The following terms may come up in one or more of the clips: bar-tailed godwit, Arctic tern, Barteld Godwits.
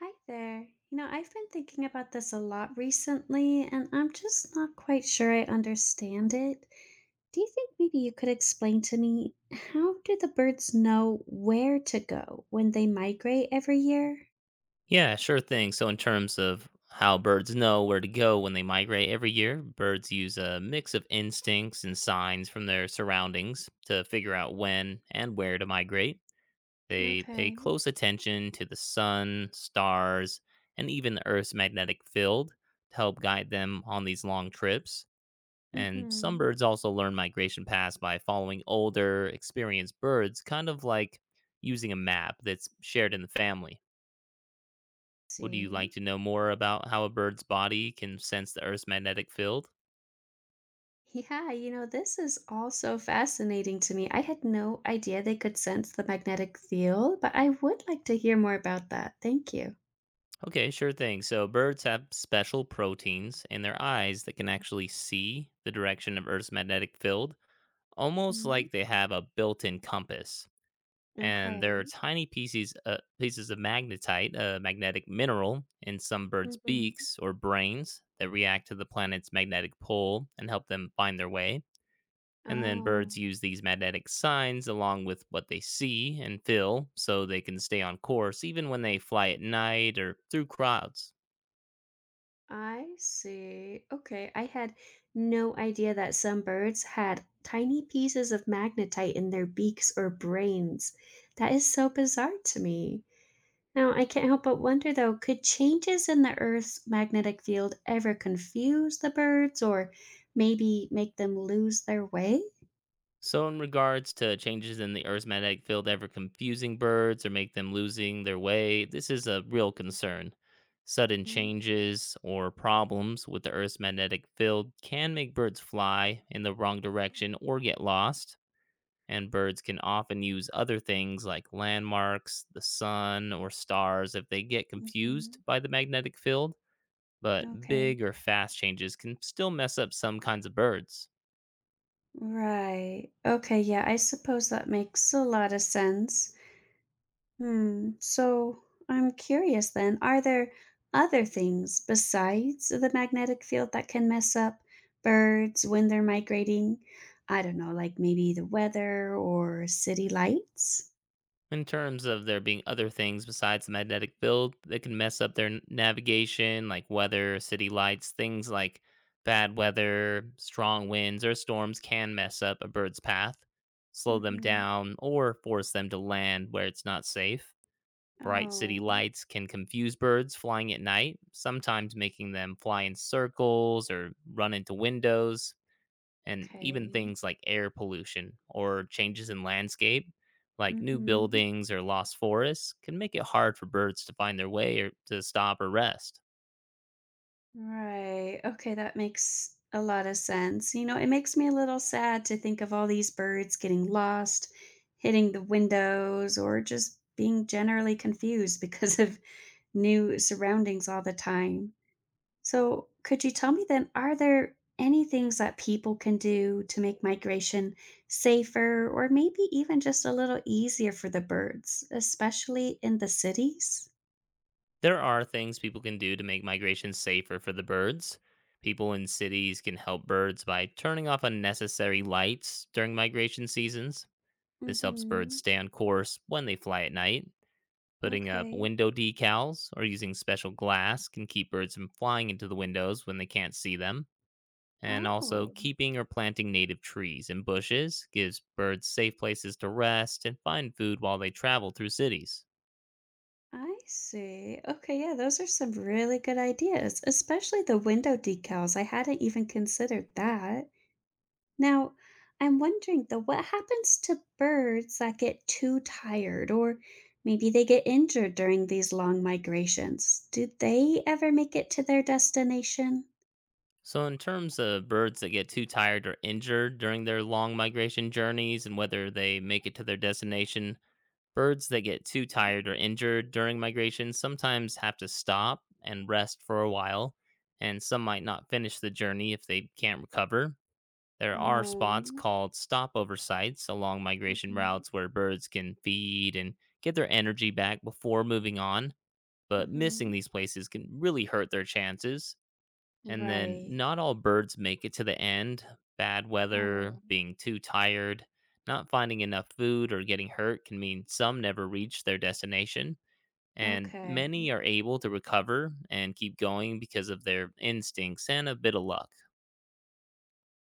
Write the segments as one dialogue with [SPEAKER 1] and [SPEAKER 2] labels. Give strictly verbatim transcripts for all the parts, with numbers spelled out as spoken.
[SPEAKER 1] Hi there. You know, I've been thinking about this a lot recently, and I'm just not quite sure I understand it. Do you think maybe you could explain to me how do the birds know where to go when they migrate every year?
[SPEAKER 2] Yeah, sure thing. So, in terms of how birds know where to go when they migrate every year, birds use a mix of instincts and signs from their surroundings to figure out when and where to migrate. They pay
[SPEAKER 1] Okay.
[SPEAKER 2] close attention to the sun, stars, and even the Earth's magnetic field to help guide them on these long trips. And some
[SPEAKER 1] Mm-hmm.
[SPEAKER 2] birds also learn migration paths by following older, experienced birds, kind of like using a map that's shared in the family. Would you like
[SPEAKER 1] See?
[SPEAKER 2] to know more about how a bird's body can sense the Earth's magnetic field?
[SPEAKER 1] Yeah, you know, this is all so fascinating to me. I had no idea they could sense the magnetic field, but I would like to hear more about that. Thank you.
[SPEAKER 2] Okay, sure thing. So, birds have special proteins in their eyes that can actually see the direction of Earth's magnetic field, almost
[SPEAKER 1] Mm,
[SPEAKER 2] like they have a built in compass. And there are
[SPEAKER 1] okay.
[SPEAKER 2] tiny pieces, uh, pieces of magnetite, a magnetic mineral, in some birds'
[SPEAKER 1] Mm-hmm.
[SPEAKER 2] beaks or brains that react to the planet's magnetic pole and help them find their way. And then
[SPEAKER 1] Oh.
[SPEAKER 2] birds use these magnetic signs along with what they see and feel so they can stay on course even when they fly at night or through crowds.
[SPEAKER 1] I see. Okay, I had no idea that some birds had tiny pieces of magnetite in their beaks or brains. That is so bizarre to me. Now, I can't help but wonder though, could changes in the Earth's magnetic field ever confuse the birds or maybe make them lose their way?
[SPEAKER 2] So, in regards to changes in the Earth's magnetic field ever confusing birds or make them losing their way, this is a real concern. Sudden changes or problems with the Earth's magnetic field can make birds fly in the wrong direction or get lost. And birds can often use other things like landmarks, the sun, or stars if they get confused
[SPEAKER 1] Mm-hmm.
[SPEAKER 2] by the magnetic field, but
[SPEAKER 1] Okay.
[SPEAKER 2] big or fast changes can still mess up some kinds of birds.
[SPEAKER 1] Right. Okay, yeah, I suppose that makes a lot of sense. Hmm. So I'm curious then, are there other things besides the magnetic field that can mess up birds when they're migrating? I don't know, like maybe the weather or city lights?
[SPEAKER 2] In terms of there being other things besides the magnetic field that can mess up their navigation, like weather, city lights, things like bad weather, strong winds, or storms can mess up a bird's path, slow them
[SPEAKER 1] Mm-hmm.
[SPEAKER 2] down, or force them to land where it's not safe. Bright city
[SPEAKER 1] Oh,
[SPEAKER 2] lights can confuse birds flying at night, sometimes making them fly in circles or run into windows, and even
[SPEAKER 1] okay.
[SPEAKER 2] things like air pollution or changes in landscape, like new
[SPEAKER 1] Mm-hmm.
[SPEAKER 2] buildings or lost forests, can make it hard for birds to find their way or to stop or rest.
[SPEAKER 1] Right. Okay, that makes a lot of sense. You know, it makes me a little sad to think of all these birds getting lost, hitting the windows, or just being generally confused because of new surroundings all the time. So, could you tell me then, are there any things that people can do to make migration safer or maybe even just a little easier for the birds, especially in the cities?
[SPEAKER 2] There are things people can do to make migration safer for the birds. People in cities can help birds by turning off unnecessary lights during migration seasons. This helps birds
[SPEAKER 1] Mm-hmm.
[SPEAKER 2] stay on course when they fly at night. Putting up
[SPEAKER 1] Okay.
[SPEAKER 2] window decals or using special glass can keep birds from flying into the windows when they can't see them. And also,
[SPEAKER 1] Oh,
[SPEAKER 2] keeping or planting native trees and bushes gives birds safe places to rest and find food while they travel through cities.
[SPEAKER 1] I see. Okay, yeah, those are some really good ideas, especially the window decals. I hadn't even considered that. Now, I'm wondering though, what happens to birds that get too tired or maybe they get injured during these long migrations? Do they ever make it to their destination?
[SPEAKER 2] So, in terms of birds that get too tired or injured during their long migration journeys and whether they make it to their destination, birds that get too tired or injured during migration sometimes have to stop and rest for a while, and some might not finish the journey if they can't recover. There are spots
[SPEAKER 1] Oh,
[SPEAKER 2] called stopover sites along migration
[SPEAKER 1] hmm.
[SPEAKER 2] routes where birds can feed and get their energy back before moving on, but missing
[SPEAKER 1] Hmm.
[SPEAKER 2] these places can really hurt their chances. And then
[SPEAKER 1] Right.
[SPEAKER 2] not all birds make it to the end. Bad weather,
[SPEAKER 1] Oh,
[SPEAKER 2] being too tired, not finding enough food, or getting hurt can mean some never reach their destination. And
[SPEAKER 1] okay.
[SPEAKER 2] many are able to recover and keep going because of their instincts and a bit of luck.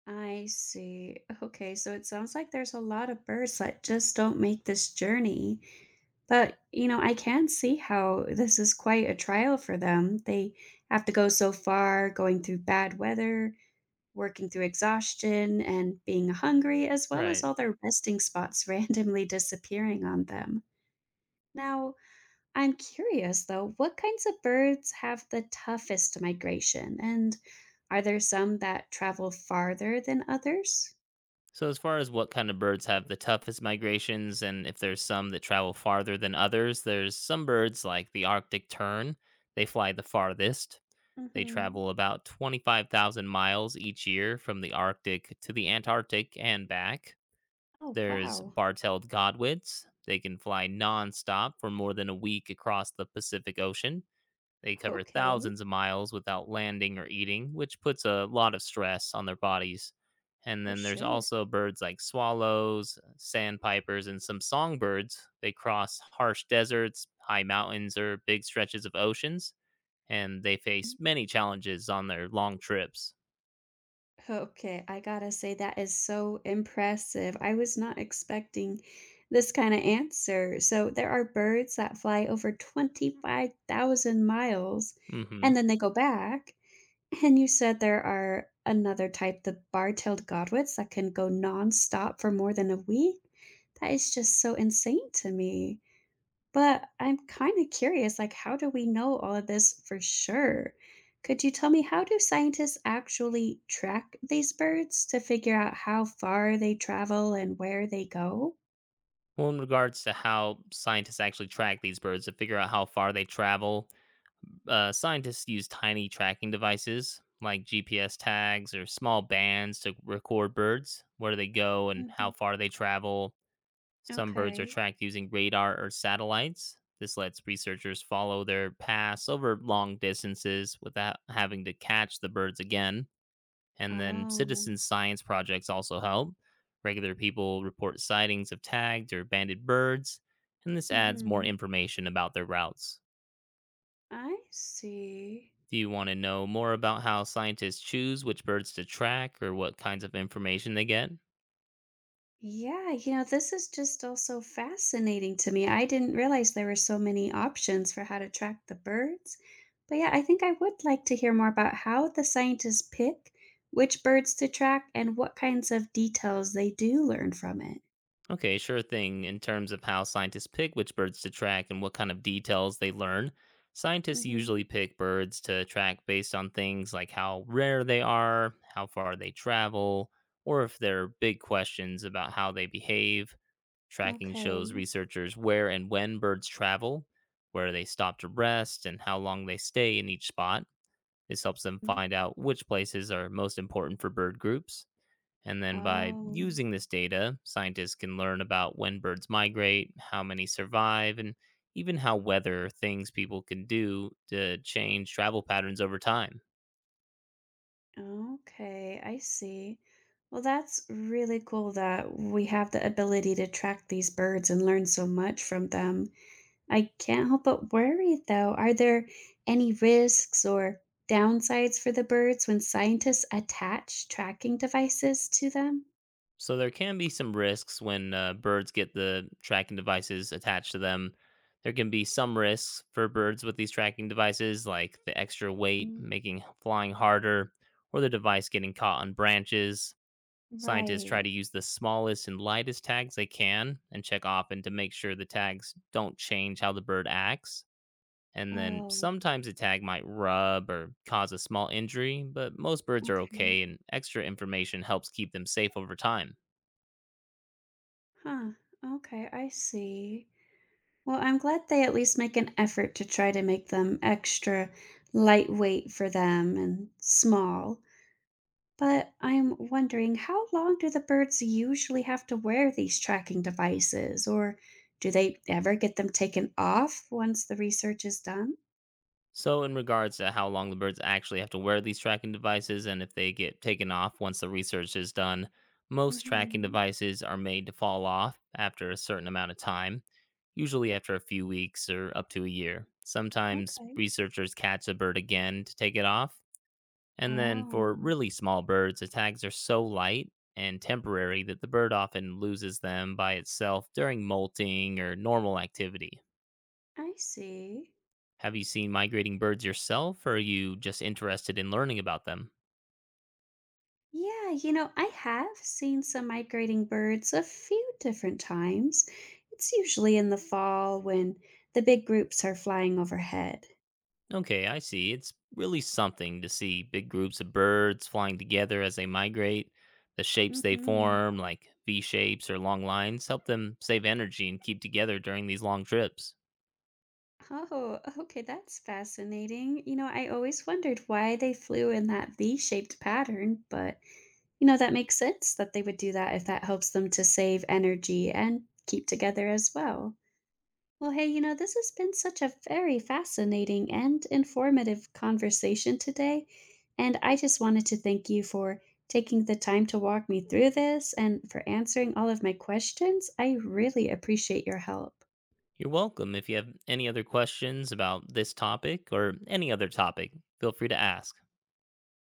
[SPEAKER 1] I see. Okay, so it sounds like there's a lot of birds that just don't make this journey. But, you know, I can see how this is quite a trial for them. They have to go so far, going through bad weather, working through exhaustion, and being hungry, as well as
[SPEAKER 2] Right.
[SPEAKER 1] all their resting spots randomly disappearing on them. Now, I'm curious though, what kinds of birds have the toughest migration? And are there some that travel farther than others?
[SPEAKER 2] So, as far as what kind of birds have the toughest migrations, and if there's some that travel farther than others, there's some birds like the Arctic tern, they fly the farthest. They
[SPEAKER 1] Hmm.
[SPEAKER 2] travel about twenty-five thousand miles each year from the Arctic to the Antarctic and back.
[SPEAKER 1] Oh,
[SPEAKER 2] There's
[SPEAKER 1] wow.
[SPEAKER 2] Barteld Godwits. They can fly nonstop for more than a week across the Pacific Ocean. They cover
[SPEAKER 1] Okay,
[SPEAKER 2] thousands of miles without landing or eating, which puts a lot of stress on their bodies. And
[SPEAKER 1] for
[SPEAKER 2] then there's
[SPEAKER 1] sure.
[SPEAKER 2] also birds like swallows, sandpipers, and some songbirds. They cross harsh deserts, high mountains, or big stretches of oceans and they face many challenges on their long trips.
[SPEAKER 1] Okay, I gotta say that is so impressive. I was not expecting this kind of answer. So there are birds that fly over twenty-five thousand miles
[SPEAKER 2] Hmm.
[SPEAKER 1] and then they go back. And you said there are another type, the bar-tailed godwits, that can go nonstop for more than a week. That is just so insane to me. But I'm kind of curious, like, how do we know all of this for sure? Could you tell me how do scientists actually track these birds to figure out how far they travel and where they go?
[SPEAKER 2] Well, in regards to how scientists actually track these birds to figure out how far they travel, uh, scientists use tiny tracking devices like G P S tags or small bands to record birds, where they go and how
[SPEAKER 1] Hmm.
[SPEAKER 2] far they travel. Some birds are
[SPEAKER 1] Okay.
[SPEAKER 2] tracked using radar or satellites. This lets researchers follow their paths over long distances without having to catch the birds again. And then
[SPEAKER 1] Oh.
[SPEAKER 2] citizen science projects also help. Regular people report sightings of tagged or banded birds, and this adds more
[SPEAKER 1] Hmm.
[SPEAKER 2] information about their routes.
[SPEAKER 1] I see.
[SPEAKER 2] Do you want to know more about how scientists choose which birds to track or what kinds of information they get?
[SPEAKER 1] Yeah, you know, this is just also fascinating to me. I didn't realize there were so many options for how to track the birds. But yeah, I think I would like to hear more about how the scientists pick which birds to track and what kinds of details they do learn from it.
[SPEAKER 2] Okay, sure thing. In terms of how scientists pick which birds to track and what kind of details they learn, scientists
[SPEAKER 1] Hmm.
[SPEAKER 2] usually pick birds to track based on things like how rare they are, how far they travel, or if there are big questions about how they behave. Tracking shows
[SPEAKER 1] Okay.
[SPEAKER 2] researchers where and when birds travel, where they stop to rest, and how long they stay in each spot. This helps them
[SPEAKER 1] Mm.
[SPEAKER 2] find out which places are most important for bird groups. And then by
[SPEAKER 1] Oh,
[SPEAKER 2] using this data, scientists can learn about when birds migrate, how many survive, and even how weather things people can do to change travel patterns over time.
[SPEAKER 1] okay. I see. Well, that's really cool that we have the ability to track these birds and learn so much from them. I can't help but worry, though. Are there any risks or downsides for the birds when scientists attach tracking devices to them?
[SPEAKER 2] So there can be some risks when uh, birds get the tracking devices attached to them. There can be some risks for birds with these tracking devices, like the extra weight
[SPEAKER 1] Mm.
[SPEAKER 2] making flying harder, or the device getting caught on branches. Scientists try to
[SPEAKER 1] Right.
[SPEAKER 2] use the smallest and lightest tags they can and check often to make sure the tags don't change how the bird acts. And then
[SPEAKER 1] Oh,
[SPEAKER 2] sometimes a tag might rub or cause a small injury, but most birds are
[SPEAKER 1] okay.
[SPEAKER 2] okay and extra information helps keep them safe over time.
[SPEAKER 1] Huh. Okay, I see. Well, I'm glad they at least make an effort to try to make them extra lightweight for them and small. But I'm wondering how long do the birds usually have to wear these tracking devices, or do they ever get them taken off once the research is done?
[SPEAKER 2] So, in regards to how long the birds actually have to wear these tracking devices and if they get taken off once the research is done, most tracking
[SPEAKER 1] Hmm.
[SPEAKER 2] devices are made to fall off after a certain amount of time, usually after a few weeks or up to a year. Sometimes
[SPEAKER 1] Okay.
[SPEAKER 2] researchers catch a bird again to take it off. And then for
[SPEAKER 1] Oh,
[SPEAKER 2] really small birds, the tags are so light and temporary that the bird often loses them by itself during molting or normal activity.
[SPEAKER 1] I see.
[SPEAKER 2] Have you seen migrating birds yourself, or are you just interested in learning about them?
[SPEAKER 1] Yeah, you know, I have seen some migrating birds a few different times. It's usually in the fall when the big groups are flying overhead.
[SPEAKER 2] Okay, I see. It's really something to see big groups of birds flying together as they migrate. The shapes they
[SPEAKER 1] Hmm.
[SPEAKER 2] form, like V shapes or long lines, help them save energy and keep together during these long trips.
[SPEAKER 1] Oh, okay, that's fascinating. You know, I always wondered why they flew in that V-shaped pattern, but you know, that makes sense that they would do that if that helps them to save energy and keep together as well. Well, hey, you know, this has been such a very fascinating and informative conversation today, and I just wanted to thank you for taking the time to walk me through this and for answering all of my questions. I really appreciate your help.
[SPEAKER 2] You're welcome. If you have any other questions about this topic or any other topic, feel free to ask.